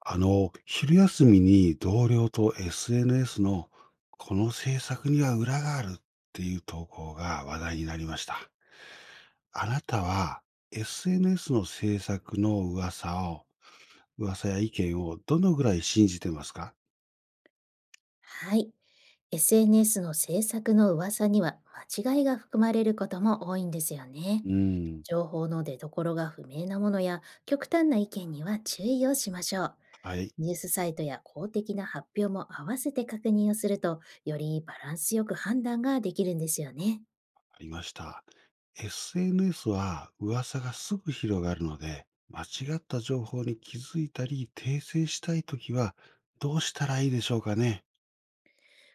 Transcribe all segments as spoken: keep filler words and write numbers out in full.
あの、昼休みに同僚と エスエヌエス のこの政策には裏があるっていう投稿が話題になりました。あなたは エスエヌエス の政策の噂を、噂や意見をどのぐらい信じてますか？はい。エスエヌエス の制作の噂には間違いが含まれることも多いんですよね。うん。情報の出所が不明なものや極端な意見には注意をしましょう。はい、ニュースサイトや公的な発表も合わせて確認をすると、よりバランスよく判断ができるんですよね。ありました。エスエヌエス は噂がすぐ広がるので、間違った情報に気づいたり訂正したいときはどうしたらいいでしょうかね？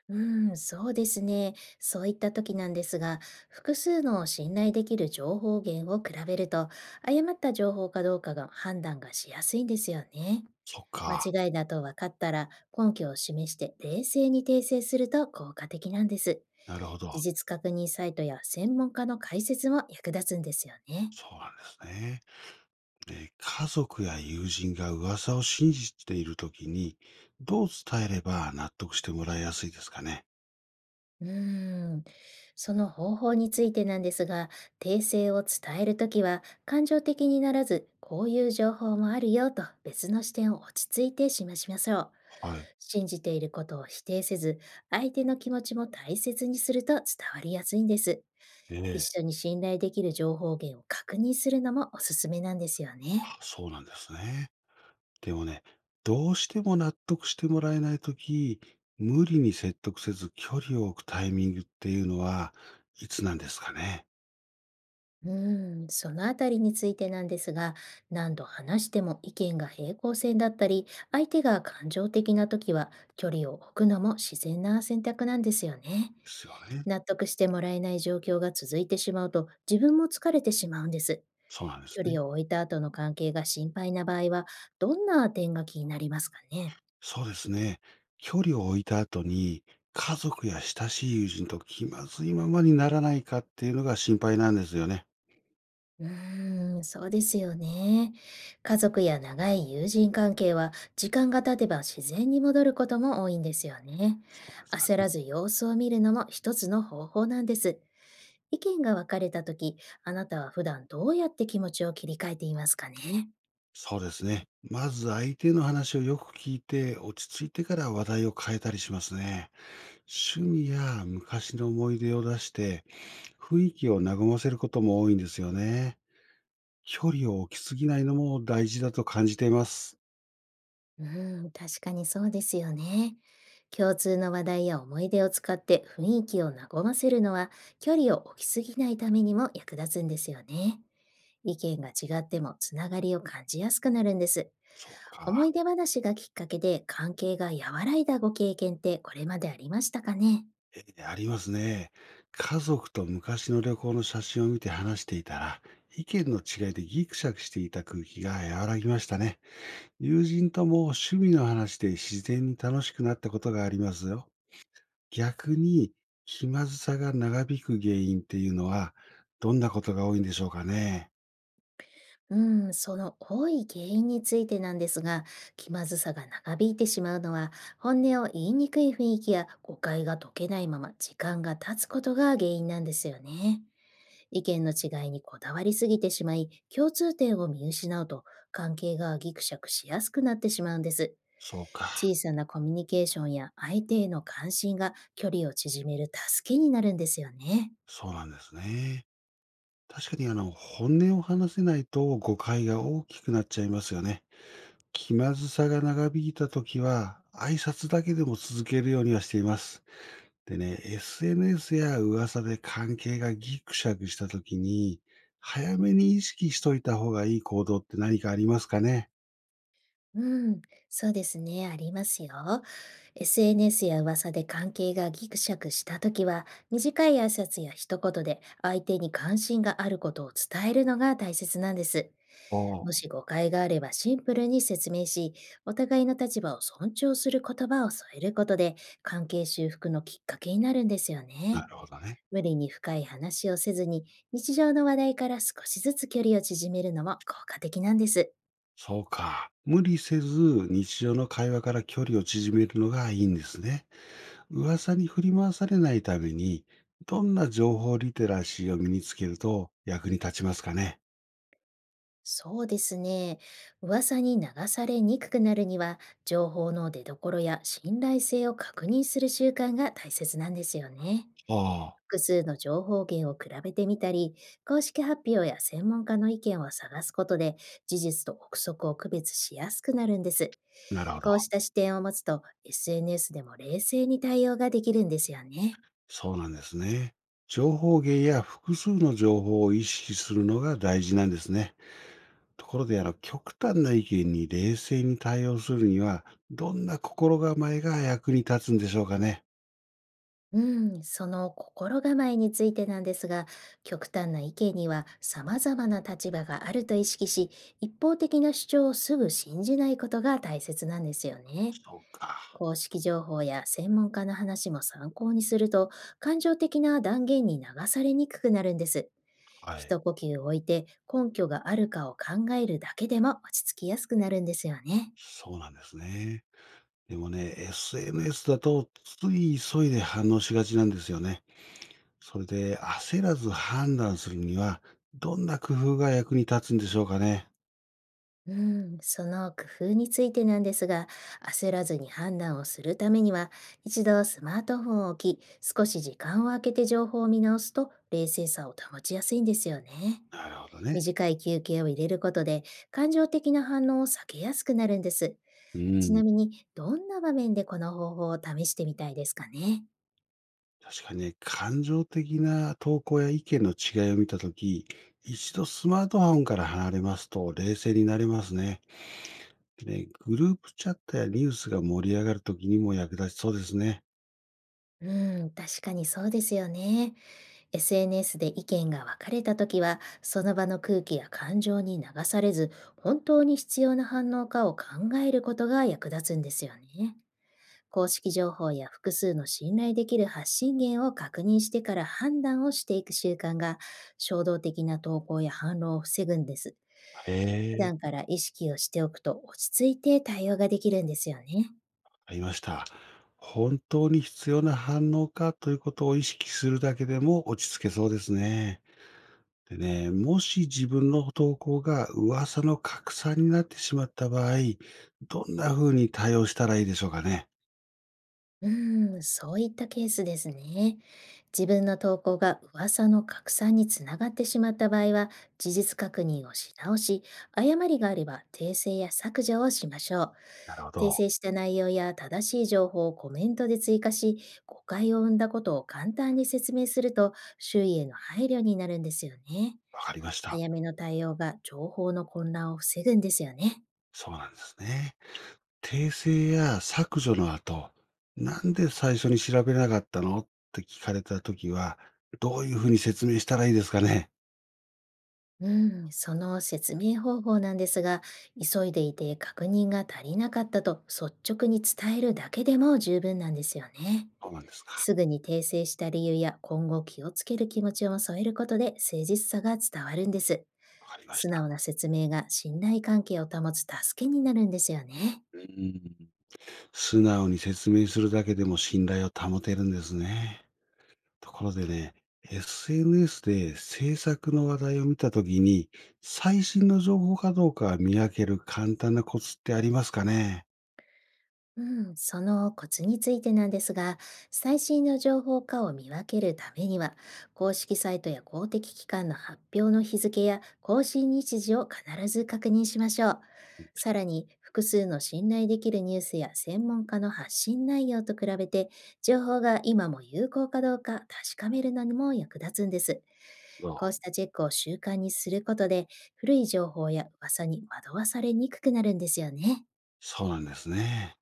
うん、そうですね。そういった時なんですが、複数の信頼できる情報源を比べると、誤った情報かどうかが判断がしやすいんですよね。そっ間か。違いだと分かったら根拠を示して冷静に訂正すると効果的なんです。なるほど。事実確認サイトや専門家の解説も役立つんですよね。そうなんですね。で、家族や友人が噂を信じているときに、どう伝えれば納得してもらいやすいですかね。うーん、その方法についてなんですが、訂正を伝えるときは感情的にならず、こういう情報もあるよと別の視点を落ち着いて示しましょう。はい。信じていることを否定せず、相手の気持ちも大切にすると伝わりやすいんです。え一え。緒に信頼できる情報源を確認するのもおすすめなんですよね。あ、そうなんですね。でもね、どうしても納得してもらえないとき、無理に説得せず距離を置くタイミングっていうのは、いつなんですかね。うーん、そのあたりについてなんですが、何度話しても意見が平行線だったり、相手が感情的な時は距離を置くのも自然な選択なんですよね。ですよね。納得してもらえない状況が続いてしまうと、自分も疲れてしまうんです。そうなんです距ね。離を置いた後の関係が心配な場合は、どんな点が気になりますかね？そうですね。距離を置いた後に、家族や親しい友人と気まずいままにならないかっていうのが心配なんですよね。うーん、そうですよね。家族や長い友人関係は時間が経てば自然に戻ることも多いんですよね。そうなんですか焦ね。らず様子を見るのも一つの方法なんです。意見が分かれた時、あなたは普段どうやって気持ちを切り替えていますかね？そうですね。まず相手の話をよく聞いて、落ち着いてから話題を変えたりしますね。趣味や昔の思い出を出して、雰囲気を和ませることも多いんですよね。距離を置きすぎないのも大事だと感じています。うーん、確かにそうですよね。共通の話題や思い出を使って雰囲気を和ませるのは、距離を置きすぎないためにも役立つんですよね。意見が違ってもつながりを感じやすくなるんです。そう思か。い出話がきっかけで関係が和らいだご経験ってこれまでありましたかね？ええ、ありますね。家族と昔の旅行の写真を見て話していたら、意見の違いでギクシャクしていた空気が和らぎましたね。友人とも趣味の話で自然に楽しくなったことがありますよ。逆に気まずさが長引く原因っていうのは、どんなことが多いんでしょうかね。うん、その多い原因についてなんですが、気まずさが長引いてしまうのは、本音を言いにくい雰囲気や誤解が解けないまま時間が経つことが原因なんですよね。意見の違いにこだわりすぎてしまい、共通点を見失うと関係がギクシャクしやすくなってしまうんです。そうか、小さなコミュニケーションや相手への関心が距離を縮める助けになるんですよね。そうなんですね。確かにあの、本音を話せないと誤解が大きくなっちゃいますよね。気まずさが長引いたときは、挨拶だけでも続けるようにはしています。でね、エスエヌエス や噂で関係がギクシャクしたときに、早めに意識しといた方がいい行動って何かありますかね？うん、そうですね、ありますよ。エスエヌエス や噂で関係がギクシャクしたときは、短い挨拶や一言で相手に関心があることを伝えるのが大切なんです。おもあ、し誤解があればシンプルに説明し、お互いの立場を尊重する言葉を添えることで、関係修復のきっかけになるんですよなね。るほどね。無理に深い話をせずに、日常の話題から少しずつ距離を縮めるのも効果的なんです。そうか。無理せず、日常の会話から距離を縮めるのがいいんですね。噂に振り回されないために、どんな情報リテラシーを身につけると役に立ちますかね？そうですね。噂に流されにくくなるには、情報の出どころや信頼性を確認する習慣が大切なんですよね。あ複数の情報源を比べてみたり、公式発表や専門家の意見を探すことで、事実と憶測を区別しやすくなるんです。あ。なるほこうしど。た視点を持つと、エスエヌエス でも冷静に対応ができるんですよね。そうなんですね。情報源や複数の情報を意識するのが大事なんですね。ところで、あの、極端な意見に冷静に対応するには、どんな心構えが役に立つんでしょうかね。うん、その心構えについてなんですが、極端な意見には様々な立場があると意識し、一方的な主張をすぐ信じないことが大切なんですよね。そうか。公式情報や専門家の話も参考にすると、感情的な断言に流されにくくなるんです。はい。一呼吸置いて根拠があるかを考えるだけでも落ち着きやすくなるんですよね。そうなんですね。でもね、エスエヌエス だとつい急いで反応しがちなんですよね。それで焦らず判断するには、どんな工夫が役に立つんでしょうかね。うん、その工夫についてなんですが、焦らずに判断をするためには、一度スマートフォンを置き、少し時間を空けて情報を見直すと、冷静さを保ちやすいんですよね。なるほどね。短い休憩を入れることで、感情的な反応を避けやすくなるんです。うちん。なみに、どんな場面でこの方法を試してみたいですかね？確かにね、感情的な投稿や意見の違いを見たとき、一度スマートフォンから離れますと冷静になれますね。でね、グループチャットやニュースが盛り上がるときにも役立ちそうですね。うん、確かにそうですよね。エスエヌエス で意見が分かれたときは、その場の空気や感情に流されず、本当に必要な反応かを考えることが役立つんですよね。公式情報や複数の信頼できる発信源を確認してから判断をしていく習慣が、衝動的な投稿や反論を防ぐんです。へ普え、段から意識をしておくと落ち着いて対応ができるんですよね。ありました。本当に必要な反応かということを意識するだけでも落ち着けそうですね。でね、もし自分の投稿が噂の拡散になってしまった場合、どんな風に対応したらいいでしょうかね。うーん、そういったケースですね。自分の投稿が噂の拡散につながってしまった場合は、事実確認をし直し、誤りがあれば訂正や削除をしましょう。なるほ訂ど。正した内容や正しい情報をコメントで追加し、誤解を生んだことを簡単に説明すると、周囲への配慮になるんですよね。わかりました。早めの対応が情報の混乱を防ぐんですよね。そうなんですね。訂正や削除の後、なんで最初に調べなかったのって聞かれたときは、どういうふうに説明したらいいですかね？うん、その説明方法なんですが、急いでいて確認が足りなかったと率直に伝えるだけでも十分なんですよね。そうなんですか。すぐに訂正した理由や今後気をつける気持ちを添えることで誠実さが伝わるんです。わかりまし素た。直な説明が信頼関係を保つ助けになるんですよね。うん。素直に説明するだけでも信頼を保てるんですね。ところでね、エスエヌエス で制作の話題を見たときに、最新の情報かどうか見分ける簡単なコツってありますかね？うん、そのコツについてなんですが、最新の情報化を見分けるためには、公式サイトや公的機関の発表の日付や更新日時を必ず確認しましょう。さらに、複数の信頼できるニュースや専門家の発信内容と比べて、情報が今も有効かどうか確かめるのにも役立つんです。どう、こうしたチェックを習慣にすることで、古い情報や噂に惑わされにくくなるんですよね。そうなんですね。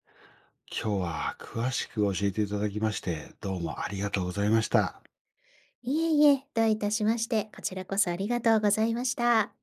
今日は詳しく教えていただきまして、どうもありがとうございました。いえいえ、どういたしまして、こちらこそありがとうございました。